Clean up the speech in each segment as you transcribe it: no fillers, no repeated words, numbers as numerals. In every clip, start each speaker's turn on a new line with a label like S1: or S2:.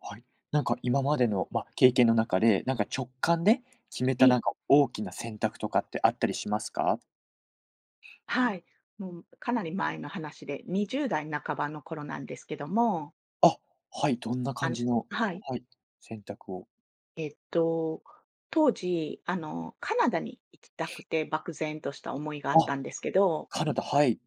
S1: はい。なんか今までの、まあ、経験の中で、なんか直感で決めたな
S2: え、
S1: んか大きな選択とかってあったりしますか？
S2: はい。もうかなり前の話で、20代半ばの頃なんですけども、
S1: あ、はい、どんな
S2: あ
S1: 感
S2: の
S1: じの、
S2: はい。
S1: はい、選択を。
S2: えっと、当時、カナダに行きたくて、漠然とした思いがあっ
S1: あ、
S2: たんですけど、
S1: カナダ、はい。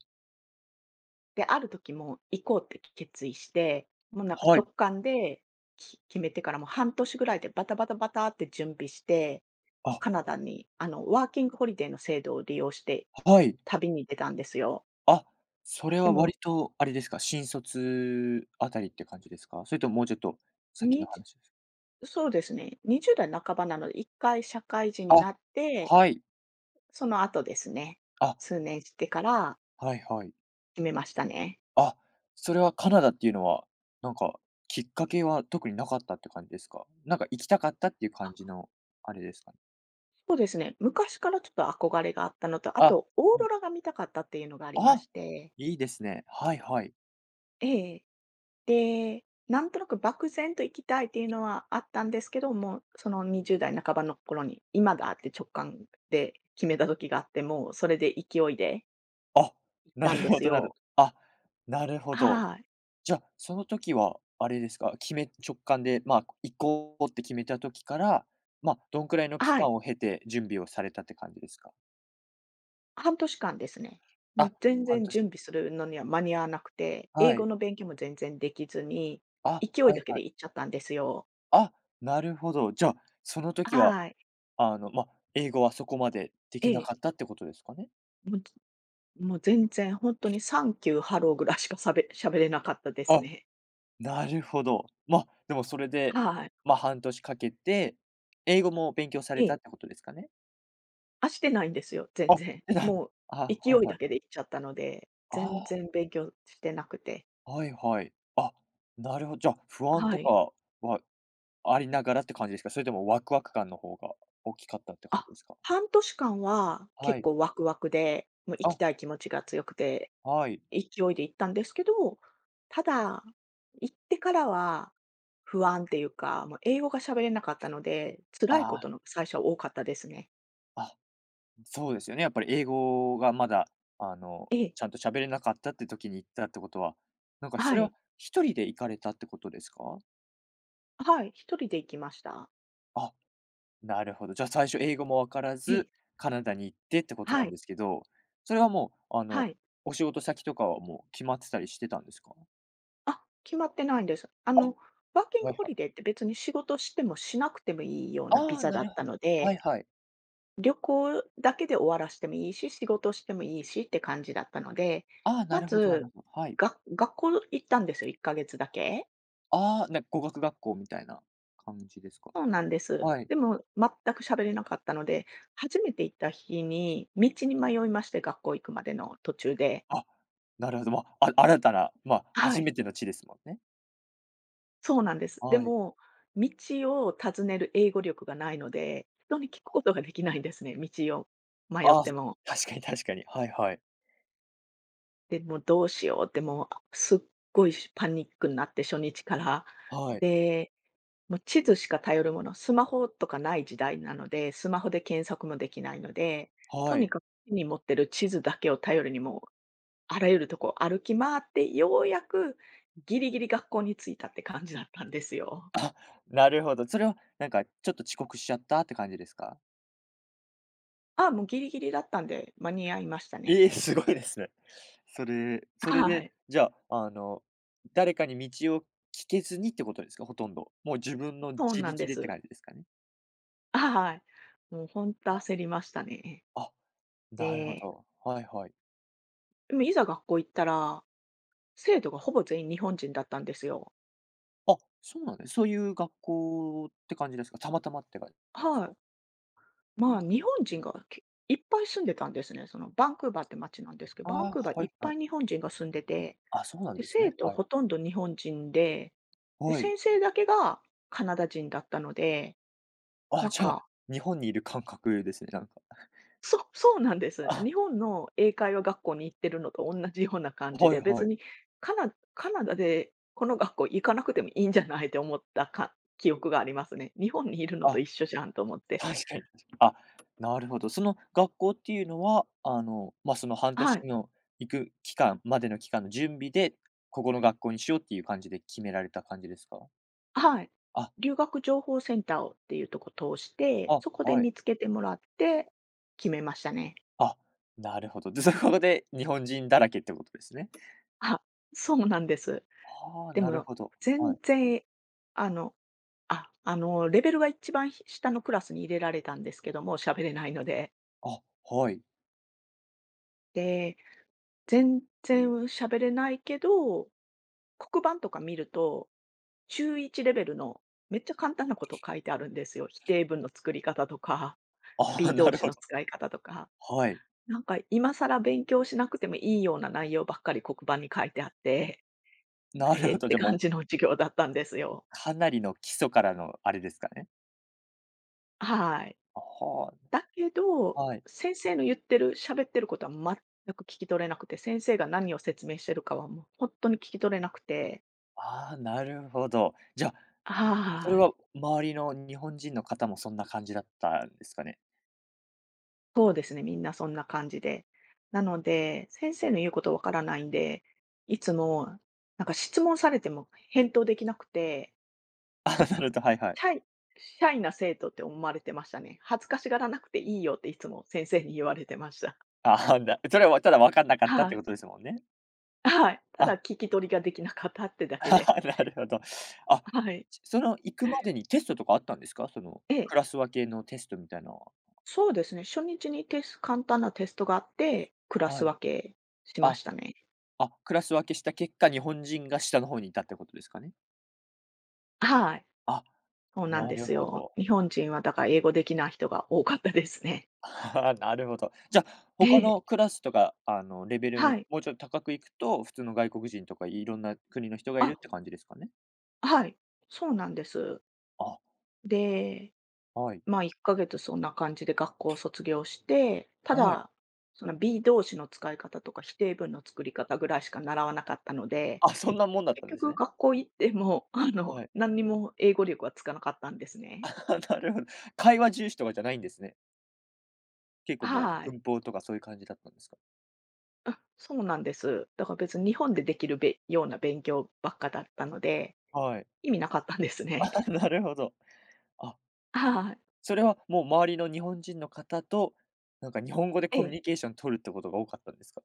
S2: で、ある時もう行こうって決意して、もうなんか
S1: は
S2: 直
S1: い。
S2: 感で、決めてからもう半年ぐらいでバタバタバタって準備して、
S1: あ、
S2: カナダに、ワーキングホリデーの制度を利用して
S1: はい。
S2: 旅に出たんですよ。
S1: あ、それ
S2: で
S1: は割
S2: も、
S1: とあれですか、新卒あたりって感じですか？それとももうちょっと先の話ですか？
S2: そうですね。20代半ばなので、1回社会人にな
S1: あ、
S2: って、
S1: はい。
S2: その後ですね、
S1: あ、
S2: 数年してから
S1: はいはい。
S2: 決めましたね。
S1: あ、それはカナダっていうのは、なんか、きっかけは特になかったって感じですか？なんか行きたかったっていう感じのあれですかね？
S2: そうですね。昔からちょっと憧れがあったのと、あ
S1: あ、
S2: とオー
S1: は
S2: ロ
S1: い。
S2: ラが見たかったっていうのがありま
S1: あ、
S2: して、
S1: いいですね。はいはい。
S2: ええ。で、なんとなく漠然と行きたいっていうのはあったんですけども、その20代半ばの頃に、今だって直感で決めた時があって、もうそれで勢いで
S1: あ、
S2: 行っ
S1: な
S2: たん
S1: る
S2: で
S1: ほ
S2: す
S1: どなる
S2: よ。
S1: あ、なるほど。
S2: はい。
S1: じゃ、その時はあれですか、直感で、まあ、行こうって決めた時から、まあ、どんくらいの期
S2: はい。
S1: 間を経て準備をされたって感じですか？
S2: 半年間ですね。も
S1: あ、
S2: う全
S1: 半
S2: 然
S1: 年。
S2: 準備するのには間に合わなくて、英
S1: は
S2: 語
S1: い。
S2: の勉強も全然できずに、
S1: あ、
S2: 勢い
S1: は
S2: だ
S1: い
S2: け
S1: は
S2: で
S1: い。
S2: 行っちゃったんですよ。
S1: あ、なるほど。じゃ、あ、その時は
S2: はい。
S1: あの、ま、英語はそこまでで
S2: え
S1: きな
S2: え。
S1: かったってことですかね？
S2: もう、もう全然本当にサンキュー、ハローぐらいしかしゃべ喋れなかったです
S1: あ、
S2: ね。
S1: なるほど。ま、でもそれで、
S2: はい。
S1: ま、半年かけて、英語も勉強され
S2: ええ。
S1: たってことですかね？
S2: あ、してないんですよ、全
S1: あ、
S2: 然。
S1: えな
S2: もう
S1: あ、
S2: 勢
S1: はい
S2: い
S1: は
S2: だ
S1: い。
S2: けで行っちゃったので、全
S1: あ
S2: 然勉強してなくて。
S1: あ、はいはい。あ、なるほじゃ、不安
S2: は
S1: と
S2: い。
S1: かはありながらって感じですか？それともワクワク感の方が大きかったって感じ
S2: あ、
S1: ですか？
S2: 半年間は
S1: は
S2: 結
S1: い。
S2: 構ワクワクで、もう行き
S1: あ、
S2: たい気持ちが強くて
S1: はい。
S2: 勢いで行ったんですけど、ただ、行ってからは不安っていうか、もう英語が喋れなかったので、辛い
S1: あ
S2: こ
S1: あ、
S2: との最初は多かったですね。
S1: あ。そうですよね、やっぱり英語がまだ、
S2: ええ、
S1: ちゃんと喋れなかったって時に行ったってことは、なんかそ
S2: は
S1: れは
S2: い、
S1: 一人で行かれたってことですか？
S2: はい、一人で行きました。
S1: あ、なるほど。じゃあ最初英語もわから
S2: え
S1: ず、
S2: え、
S1: カナダに行ってってことな
S2: は
S1: ん
S2: い、
S1: ですけど、それはもう、
S2: はい。
S1: お仕事先とかはもう決まってたりしてたんですか？
S2: あ、決まってないんです。
S1: あ、
S2: ワーキン
S1: は
S2: グ
S1: い
S2: ホ
S1: は
S2: リデ
S1: い。
S2: ーって別に仕事してもしなくてもいいようなビ
S1: ああ、
S2: ザ
S1: な
S2: だっ
S1: る
S2: た
S1: ほど。
S2: の
S1: は
S2: で、
S1: いはい。
S2: 旅行だけで終わらしてもいいし、仕事してもいいしって感じだったので、
S1: ああ、な
S2: ま
S1: るほどなる
S2: ず、
S1: ほど。はい。
S2: 学校行ったんですよ、1ヶ月だけ。
S1: ああ、語学学校みたいな感じですか？
S2: そうなんです。
S1: はい。
S2: でも全く喋れなかったので、初めて行った日に道に迷いまして、学校行くまでの途中で。
S1: あ、なるほど。まあ、
S2: は
S1: 初
S2: い、
S1: めての地ですもんね。
S2: そうなんです。で
S1: はい。
S2: も、道を尋ねる英語力がないので、人に聞くことができないんですね、道を迷っ
S1: ああ、
S2: ても。
S1: 確かに確かに。はいはい。
S2: で、もうどうしようってもう、すっごいパニックになって初日から。
S1: はい。
S2: でもう地図しか頼るもの、スマホとかない時代なので、スマホで検索もできないので、
S1: は
S2: とに
S1: い。
S2: かく手に持ってる地図だけを頼りにもう、あらゆるとこ歩き回って、ようやくギリギリ学校に着いたって感じだったんですよ。
S1: なるほど。それはなんかちょっと遅刻しちゃったって感じですか？
S2: あ、もうギリギリだったんで、間に合いました
S1: え
S2: ね。
S1: え、すごいですね。それそれ
S2: は
S1: で、
S2: い。
S1: じゃあ、誰かに道を聞けずにってことですか？ほとんど。もう自分の
S2: そう
S1: 自
S2: なん
S1: 力
S2: で
S1: でって
S2: す。
S1: 感じですかね？
S2: はい。もう本当焦りましたね。
S1: あ、なるほ
S2: で、
S1: ど。はいはい。
S2: でもいざ学校行ったら、生徒がほぼ全員日本人だったんですよ。
S1: あ、そうなんです、そういう学校って感じですか？たまたまって感じです
S2: は
S1: か？
S2: い。まあ、日本人がいっぱい住んでたんですね。そのバンクーバーって街なんですけ
S1: あ
S2: ど、バン
S1: あ、
S2: クーバー
S1: は
S2: い
S1: い
S2: っ
S1: は
S2: ぱ
S1: い。
S2: い日本人が住んでて、
S1: あ、そうなん
S2: で、
S1: です
S2: 生
S1: ね。
S2: 徒
S1: はい。
S2: ほとんど日本人で、で、
S1: はい。
S2: 先生だけがカナダ人だったので、
S1: あ、
S2: なん
S1: じゃあ、
S2: か、
S1: 日本にいる感覚ですね、なんか。
S2: そう そうなんです。
S1: あ、
S2: 日本の英会話学校に行ってるのと同じような感じ
S1: はい
S2: で、
S1: は
S2: 別
S1: い。
S2: にカナダでこの学校行かなくてもいいんじゃないって思ったか記憶がありますね。日本にいるのと
S1: あ、
S2: 一緒じゃんと思って。
S1: 確かに。あ、なるほど。その学校っていうのは、その半
S2: は
S1: 年
S2: い。
S1: の行く期間までの期間の準備で、ここの学校にしようっていう感じで決められた感じですか？
S2: はい。
S1: あ、
S2: 留学情報センターをっていうとこ通して、
S1: あ、
S2: そこで
S1: はい。
S2: 見つけてもらって決めましたね。
S1: あ、なるほど。で、そこで日本人だらけってことですね。
S2: あ、そうなんです。
S1: ああ、
S2: で
S1: なる
S2: も
S1: ほど。は
S2: 全
S1: い。
S2: 然、あの、レベルが一番下のクラスに入れられたんですけども、喋れないので。
S1: あ、はい。
S2: で、全然喋れないけど、黒板とか見ると、中1レベルのめっちゃ簡単なこと書いてあるんですよ。否定文の作り方とか、
S1: ああ、
S2: be
S1: な
S2: 動
S1: る
S2: 詞
S1: ほ
S2: の
S1: ど。
S2: 使い方とか。
S1: はい。
S2: なんか今更勉強しなくてもいいような内容ばっかり黒板に書いてあって、
S1: な
S2: え
S1: る
S2: れ
S1: ほ
S2: っ
S1: ど、じ
S2: て
S1: ゃ、も
S2: 感
S1: う
S2: じの授業だったんですよ。
S1: かなりの基礎からのあれですかね。
S2: はい。
S1: あ、は
S2: だけ
S1: あ、
S2: ど、
S1: はい。
S2: 先生の言ってる、喋ってることは全く聞き取れなくて、先生が何を説明してるかはもう本当に聞き取れなくて、
S1: ああ、なるほど。じゃあ、それ
S2: はい。
S1: は周りの日本人の方もそんな感じだったんですかね？
S2: そうですね、みんなそんな感じで。なので、先生の言うことわからないんで、いつもなんか質問されても返答できなくて なん
S1: あ、
S2: から、
S1: なるほど、はいはい。
S2: シャイシャイな生徒って思われてましたね。恥ずかしがらなくていいよっていつも先生に言われてました。
S1: ああ、それはただ分かんな かったっ
S2: は
S1: て
S2: い。
S1: ことですもんね。
S2: はい。た
S1: あ、
S2: だ聞き取りができなかったってだけで。
S1: なるほど。あ、
S2: はい。
S1: その行くまでにテストとかあったんですか？その
S2: ええ、
S1: クラス分けのテストみたいなのは。
S2: そうですね。初日にテスト簡単なテストがあって、クラス
S1: はい。
S2: 分けしま
S1: あ、
S2: したね。
S1: あ、クラス分けした結果、日本人が下の方にいたってことですかね？
S2: はい。
S1: あ、
S2: そうなん
S1: な
S2: で
S1: る
S2: す
S1: ほ
S2: よ。
S1: ど。
S2: 日本人はだから英語できない人が多かったですね。
S1: なるほど。じゃ、あ、
S2: え
S1: 他
S2: え、
S1: のクラスとか、レベルの
S2: はい。
S1: もうちょっと高くいくと、普通の外国人とかいろんな国の人がいる
S2: あ、
S1: って感じですかね？
S2: はい。そうなんです。
S1: あ、
S2: で
S1: はい。
S2: まあ、1ヶ月そんな感じで学校を卒業して、た
S1: はい。
S2: だ、その b 動詞の使い方とか否定文の作り方ぐらいしか習わなかったので、
S1: あ、そんなもんだった
S2: 結
S1: んです
S2: 局
S1: ね。
S2: 学校行っても、
S1: はい。
S2: 何にも英語力はつかなかったんです ね。
S1: あ、なるほど。会話重視とかじゃないんですね。結構も
S2: はい。
S1: う文法とかそういう感じだったんですか？
S2: あ、そうなんです。だから別に日本でできるような勉強ばっかだったので、
S1: はい。
S2: 意味なかったんですね。
S1: あ、なるほど。あ、
S2: はい。
S1: それはもう周りの日本人の方と、なんか日本語で
S2: え
S1: コミュ
S2: え。
S1: ニケーション取るってことが多かったんですか？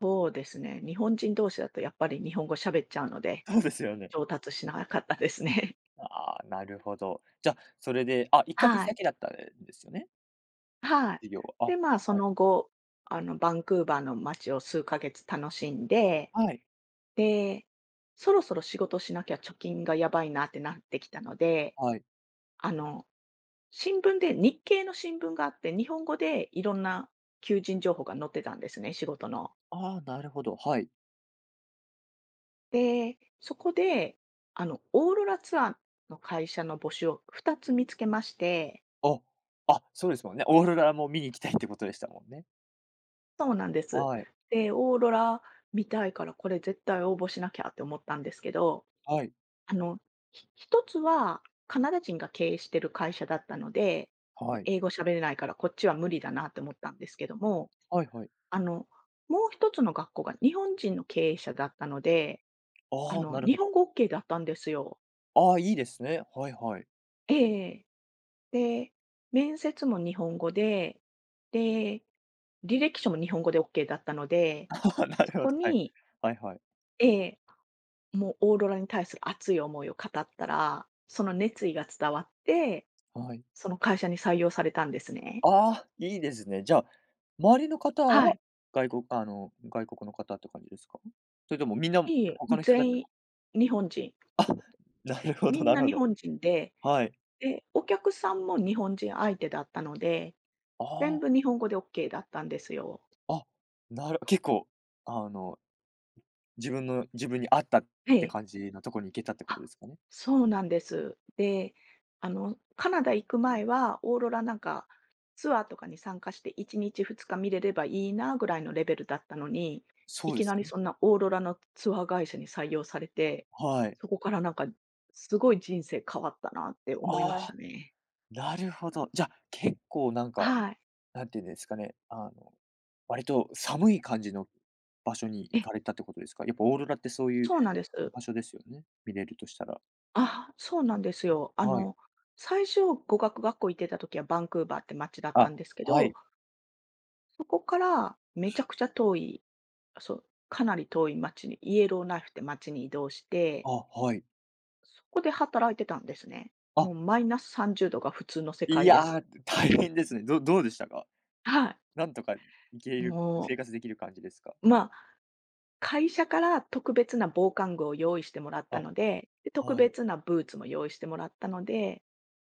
S2: そうですね。日本人同士だとやっぱり日本語喋っちゃうの で、
S1: そうですよね。
S2: 上達しなかったですね。
S1: ああ、なるほど。じゃあ、それで、あ、1か月
S2: はい。
S1: だけだったんですよね？
S2: はい。
S1: 授業は。
S2: で、
S1: あ、
S2: まあ、そ
S1: はい。
S2: の後、バンクーバーの街を数ヶ月楽しんで、
S1: はい。
S2: で、そろそろ仕事しなきゃ貯金がやばいなってなってきたので、
S1: はい。
S2: あの、新聞で、日系の新聞があって、日本語でいろんな求人情報が載ってたんですね、仕事の。
S1: ああ、なるほど、はい。
S2: で、そこで、オーロラツアーの会社の募集を2つ見つけまして、
S1: あ、あ、そうですもんね。オーロラも見に行きたいってことでしたもんね。
S2: そうなんです。
S1: はい。
S2: で、オーロラ見たいから、これ絶対応募しなきゃって思ったんですけど、
S1: はい。
S2: あの、一つはカナダ人が経営してる会社だったので、
S1: はい。
S2: 英語喋れないからこっちは無理だなって思ったんですけども、
S1: はいはい。
S2: あの、もう一つの学校が日本人の経営者だったので、
S1: ああ、なる
S2: 日
S1: ほ
S2: 本
S1: ど。
S2: 語 OK だったんですよ。
S1: ああ、いいですね。はいはい。
S2: ええ。で、面接も日本語で、で、履歴書も日本語で OK だったので、
S1: な
S2: そ
S1: るほ
S2: こ
S1: ど、はい。
S2: に、
S1: はいはい。
S2: ええ、もうオーロラに対する熱い思いを語ったら、その熱意が伝わって
S1: はい。
S2: その会社に採用されたんですね。
S1: ああ、いいですね。じゃあ、周りの方
S2: は
S1: は、
S2: い。
S1: 外国の方って感じですか？それともみんな
S2: いえいえ、も
S1: 他
S2: う
S1: の人たち
S2: 全員
S1: も。
S2: 日本人。
S1: あ、なるほ
S2: み
S1: ど
S2: ん
S1: な
S2: な
S1: るほ
S2: 日
S1: ど。
S2: 本人で、
S1: はい。
S2: で、お客さんも日本人相手だったので、全
S1: あ
S2: 部日本語でオッケーだったんですよ。
S1: あ、あ、結構、あの、自分に合ったっ
S2: え
S1: て
S2: え。
S1: 感じのところに行けたってこ
S2: あ、
S1: とですかね？
S2: そうなんです。で、カナダ行く前は、オーロラなんか、ツアーとかに参加して1日2日見れればいいなぐらいのレベルだったのに、
S1: そ
S2: い
S1: うで
S2: き
S1: す
S2: な
S1: よ
S2: り
S1: ね。
S2: そんなオーロラのツアー会社に採用されて、
S1: はい。
S2: そこからなんか、すごい人生変わったなって思いました
S1: ああ、
S2: ね。
S1: なるほど。じゃあ、結構なんか
S2: はい。
S1: なんていうんですかね、割と寒い感じの場所に行
S2: え、
S1: かれたってことですか？やっぱオーロラってそういう
S2: そうなんです。
S1: 場所ですよね？見れるとしたら。
S2: あ、そうなんですよ。
S1: はい。
S2: 最初語学学校行ってた時はバンクーバーって街だった
S1: あ、
S2: んですけ
S1: は
S2: ど、
S1: い。
S2: そこからめちゃくちゃ遠い、そう、かなり遠い町に、イエローナイフって町に移動して、
S1: あ、はい。
S2: そこで働いてたんですね。
S1: あ、
S2: もうマイナス30度が普通の世
S1: い
S2: 界で
S1: や、
S2: す。
S1: 大変ですね。どうでしたか？
S2: はい。
S1: なんとか行ける
S2: も
S1: 生活できる感じですか？
S2: まあ、会社から特別な防寒具を用意してもらった
S1: あ、
S2: ので、で、特
S1: はい、
S2: 別なブーツも用意してもらったので、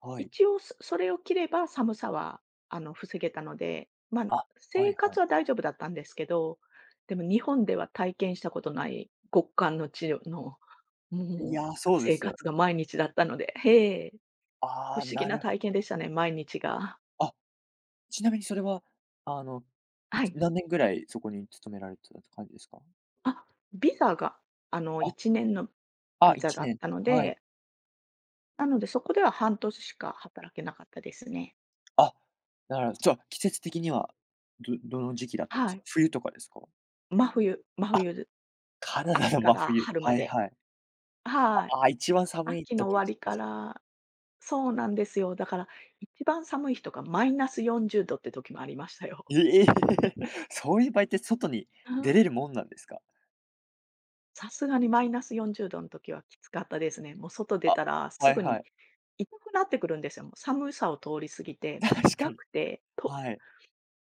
S1: はい。
S2: 一応それを着れば寒さは、防げたので、まあ、
S1: あ、はい
S2: 生
S1: は
S2: 活
S1: い。
S2: は大丈夫だったんですけど、でも日本では体験したことない極寒の地の
S1: い
S2: も
S1: や、
S2: う
S1: そうで
S2: 生
S1: すよ。
S2: 活が毎日だったので、へえ、不
S1: ああ、
S2: 思議
S1: な
S2: な
S1: るほ
S2: 体
S1: ど。
S2: 験でしたね、毎日が。
S1: あ、ちなみにそれは、あの、
S2: はい。
S1: 何年ぐらいそこに勤められてたって感じですか？
S2: あ、ビザが、
S1: あ、
S2: 1年の
S1: あ、
S2: ビザ
S1: 1
S2: だっ
S1: 年。
S2: たの
S1: はい。
S2: で、なのでそこでは半年しか働けなかったですね。
S1: あ、なるほど。じゃあ、季節的には、どの時期だったんで
S2: は
S1: すか？
S2: い。
S1: 冬とかですか？
S2: 真冬真
S1: あ、
S2: 冬で、
S1: カナダ
S2: 秋
S1: の
S2: か
S1: 真
S2: ら
S1: 冬。
S2: 春ま
S1: はい
S2: で。
S1: はい。
S2: はい。
S1: ああ、一番寒い
S2: 秋の終
S1: 時
S2: わり
S1: で
S2: か
S1: す。
S2: らそうなんですよ。だから一番寒い日とかマイナス40度って時もありましたよ。
S1: ええ そういう場合って外に出れるもんなんですか？
S2: さすがにマイナス40度の時はきつかったですね。もう外出
S1: あ、
S2: たらす
S1: はい
S2: ぐ
S1: は
S2: に
S1: い。
S2: 痛くなってくるんですよ。もう寒さを通り過ぎて、もう
S1: 確か
S2: 痛
S1: に。
S2: くて、
S1: はい。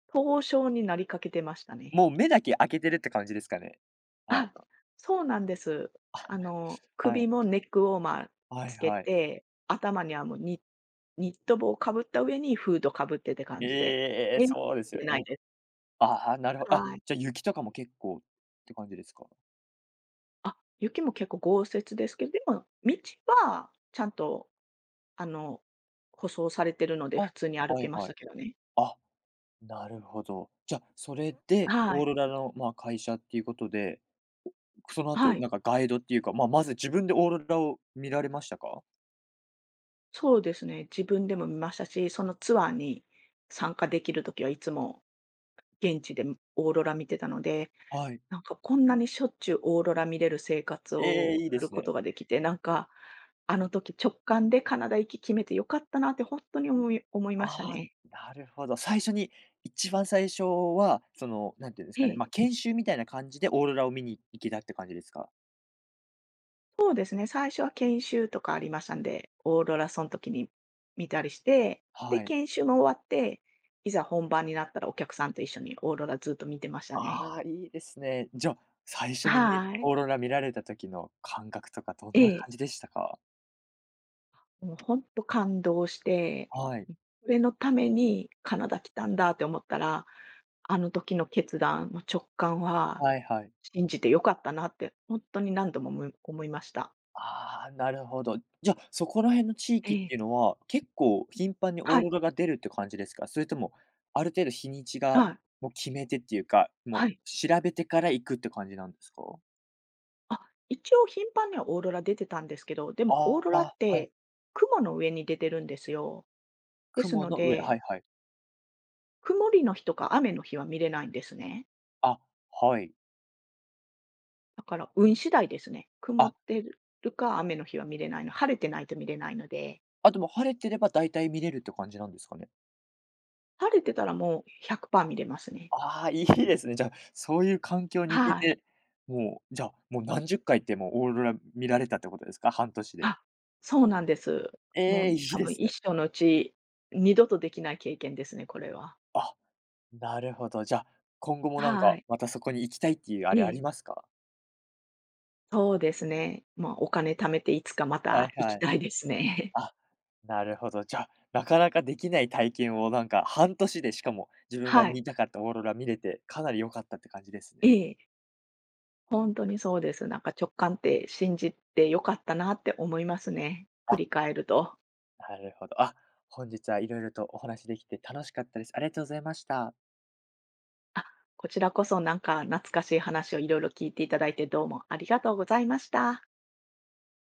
S2: 凍傷になりかけてましたね。
S1: もう目だけ開けてるって感じですかね？あ
S2: あ、
S1: の、
S2: そうなんです。
S1: は
S2: 首
S1: い。
S2: もネックウォーマー
S1: は
S2: つ
S1: い
S2: け
S1: はい。
S2: て、頭にはもうニット帽をかぶった上にフードかぶってって感じで、
S1: ええ
S2: え
S1: そうですよ
S2: 出ない
S1: ね。
S2: です。
S1: ああ、なるほど。あ、
S2: はい。
S1: じゃあ雪とかも結構って感じですか？
S2: あ、雪も結構豪雪ですけど、でも道はちゃんとあの、舗装されてるので、普
S1: あ、
S2: 通に歩
S1: は
S2: け
S1: い
S2: まし
S1: は
S2: た
S1: い。
S2: けどね。
S1: あ、なるほど。じゃ、あ、それで
S2: は
S1: オー
S2: い。
S1: ロラの、まあ、会社っていうことで、その
S2: は
S1: 後
S2: い。
S1: なんかガイドっていうか、まあ、まず自分でオーロラを見られましたか？
S2: そうですね。自分でも見ましたし、そのツアーに参加できるときはいつも、現地でオーロラ見てたので、
S1: はい。
S2: なんかこんなにしょっちゅうオーロラ見れる生活
S1: ええ、
S2: を
S1: いい
S2: す
S1: で
S2: る
S1: す
S2: こと
S1: ね。
S2: ができて、なんか、あの時直感でカナダ行き決めてよかったなって本当に思い思いました
S1: ああ、
S2: ね。
S1: なるほど。最初に一番最初は、なんていうんです
S2: え
S1: かね、まあ、
S2: え。
S1: 研修みたいな感じでオーロラを見に行けたって感じですか？
S2: そうですね、最初は研修とかありましたんで、オーロラその時に見たりして、
S1: は
S2: で、
S1: い。
S2: 研修も終わって、いざ本番になったらお客さんと一緒にオーロラずっと見てましたね。
S1: ああ、いいですね。じゃ、あ、最初に
S2: はい。
S1: オーロラ見られた時の感覚とかどん
S2: え
S1: な感
S2: え。
S1: じでしたか？
S2: もう本当感動して、
S1: はい。
S2: こそれのためにカナダ来たんだって思ったら、あの時の決断、もう直感は、
S1: はいはい。
S2: 信じて良かったなって本当に何度も思いました。
S1: ああ、なるほど。じゃ、あ、そこら辺の地
S2: え
S1: 域っ
S2: え。
S1: ていうのは、結構頻繁にオ
S2: は
S1: ーロ
S2: い、
S1: ラが出るって感じですか？それとも、ある程度日にち
S2: は
S1: が、
S2: い、
S1: もう決めてっていうか、
S2: は
S1: も
S2: い。
S1: う調べてから行くって感じなんですか？
S2: あ、一応頻繁にはオーロラ出てたんですけど、でもオー
S1: あ
S2: ロラっ
S1: あ、はい。
S2: て雲の上に出てるんですよ。です
S1: 雲
S2: の
S1: の上、
S2: で、
S1: はいはい。
S2: 曇りの日とか雨の日は見れないんですね。
S1: あ、はい。
S2: だから運次第ですね。曇
S1: あ、
S2: ってるか雨の日は見れないの、晴れてないと見れないので、
S1: あ、で、もう晴れてれば大体見れるって感じなんですかね？
S2: 晴れてたらもう100%見れますね。
S1: ああ、いいですね。じゃあ、そういう環境に行け
S2: はい。
S1: て、もう、じゃあ、もう何十回ってもうオーロラ見られたってことですか？半年で。
S2: あ、そうなんです。も
S1: ええ、
S2: う
S1: いい
S2: 多
S1: で
S2: 分
S1: すね。
S2: 一生のうち二度とできない経験ですね、これは。
S1: あ、なるほど。じゃ、あ、今後もなん
S2: は
S1: か、
S2: い。
S1: またそこに行きたいっていうあ
S2: え
S1: れありま
S2: え。
S1: すか？
S2: そうですね。まあ、お金貯めていつかま
S1: は
S2: た
S1: い
S2: 行
S1: は
S2: き
S1: い。
S2: たいですね。
S1: あ、なるほど。じゃ、あ、なかなかできない体験をなんか半年でしかも自 分が
S2: はい。
S1: 見たかったオーロラ見れて、かなり良かったって感じですね。
S2: ええ、本当にそうです。なんか直感って信じて良かったなって思いますね。振
S1: あ、
S2: り返ると。
S1: なるほど。あ、本日はいろいろとお話できて楽しかったです。ありがとうございました。
S2: あ、こちらこそなんか懐かしい話をいろいろ聞いていただいてどうもありがとうございました。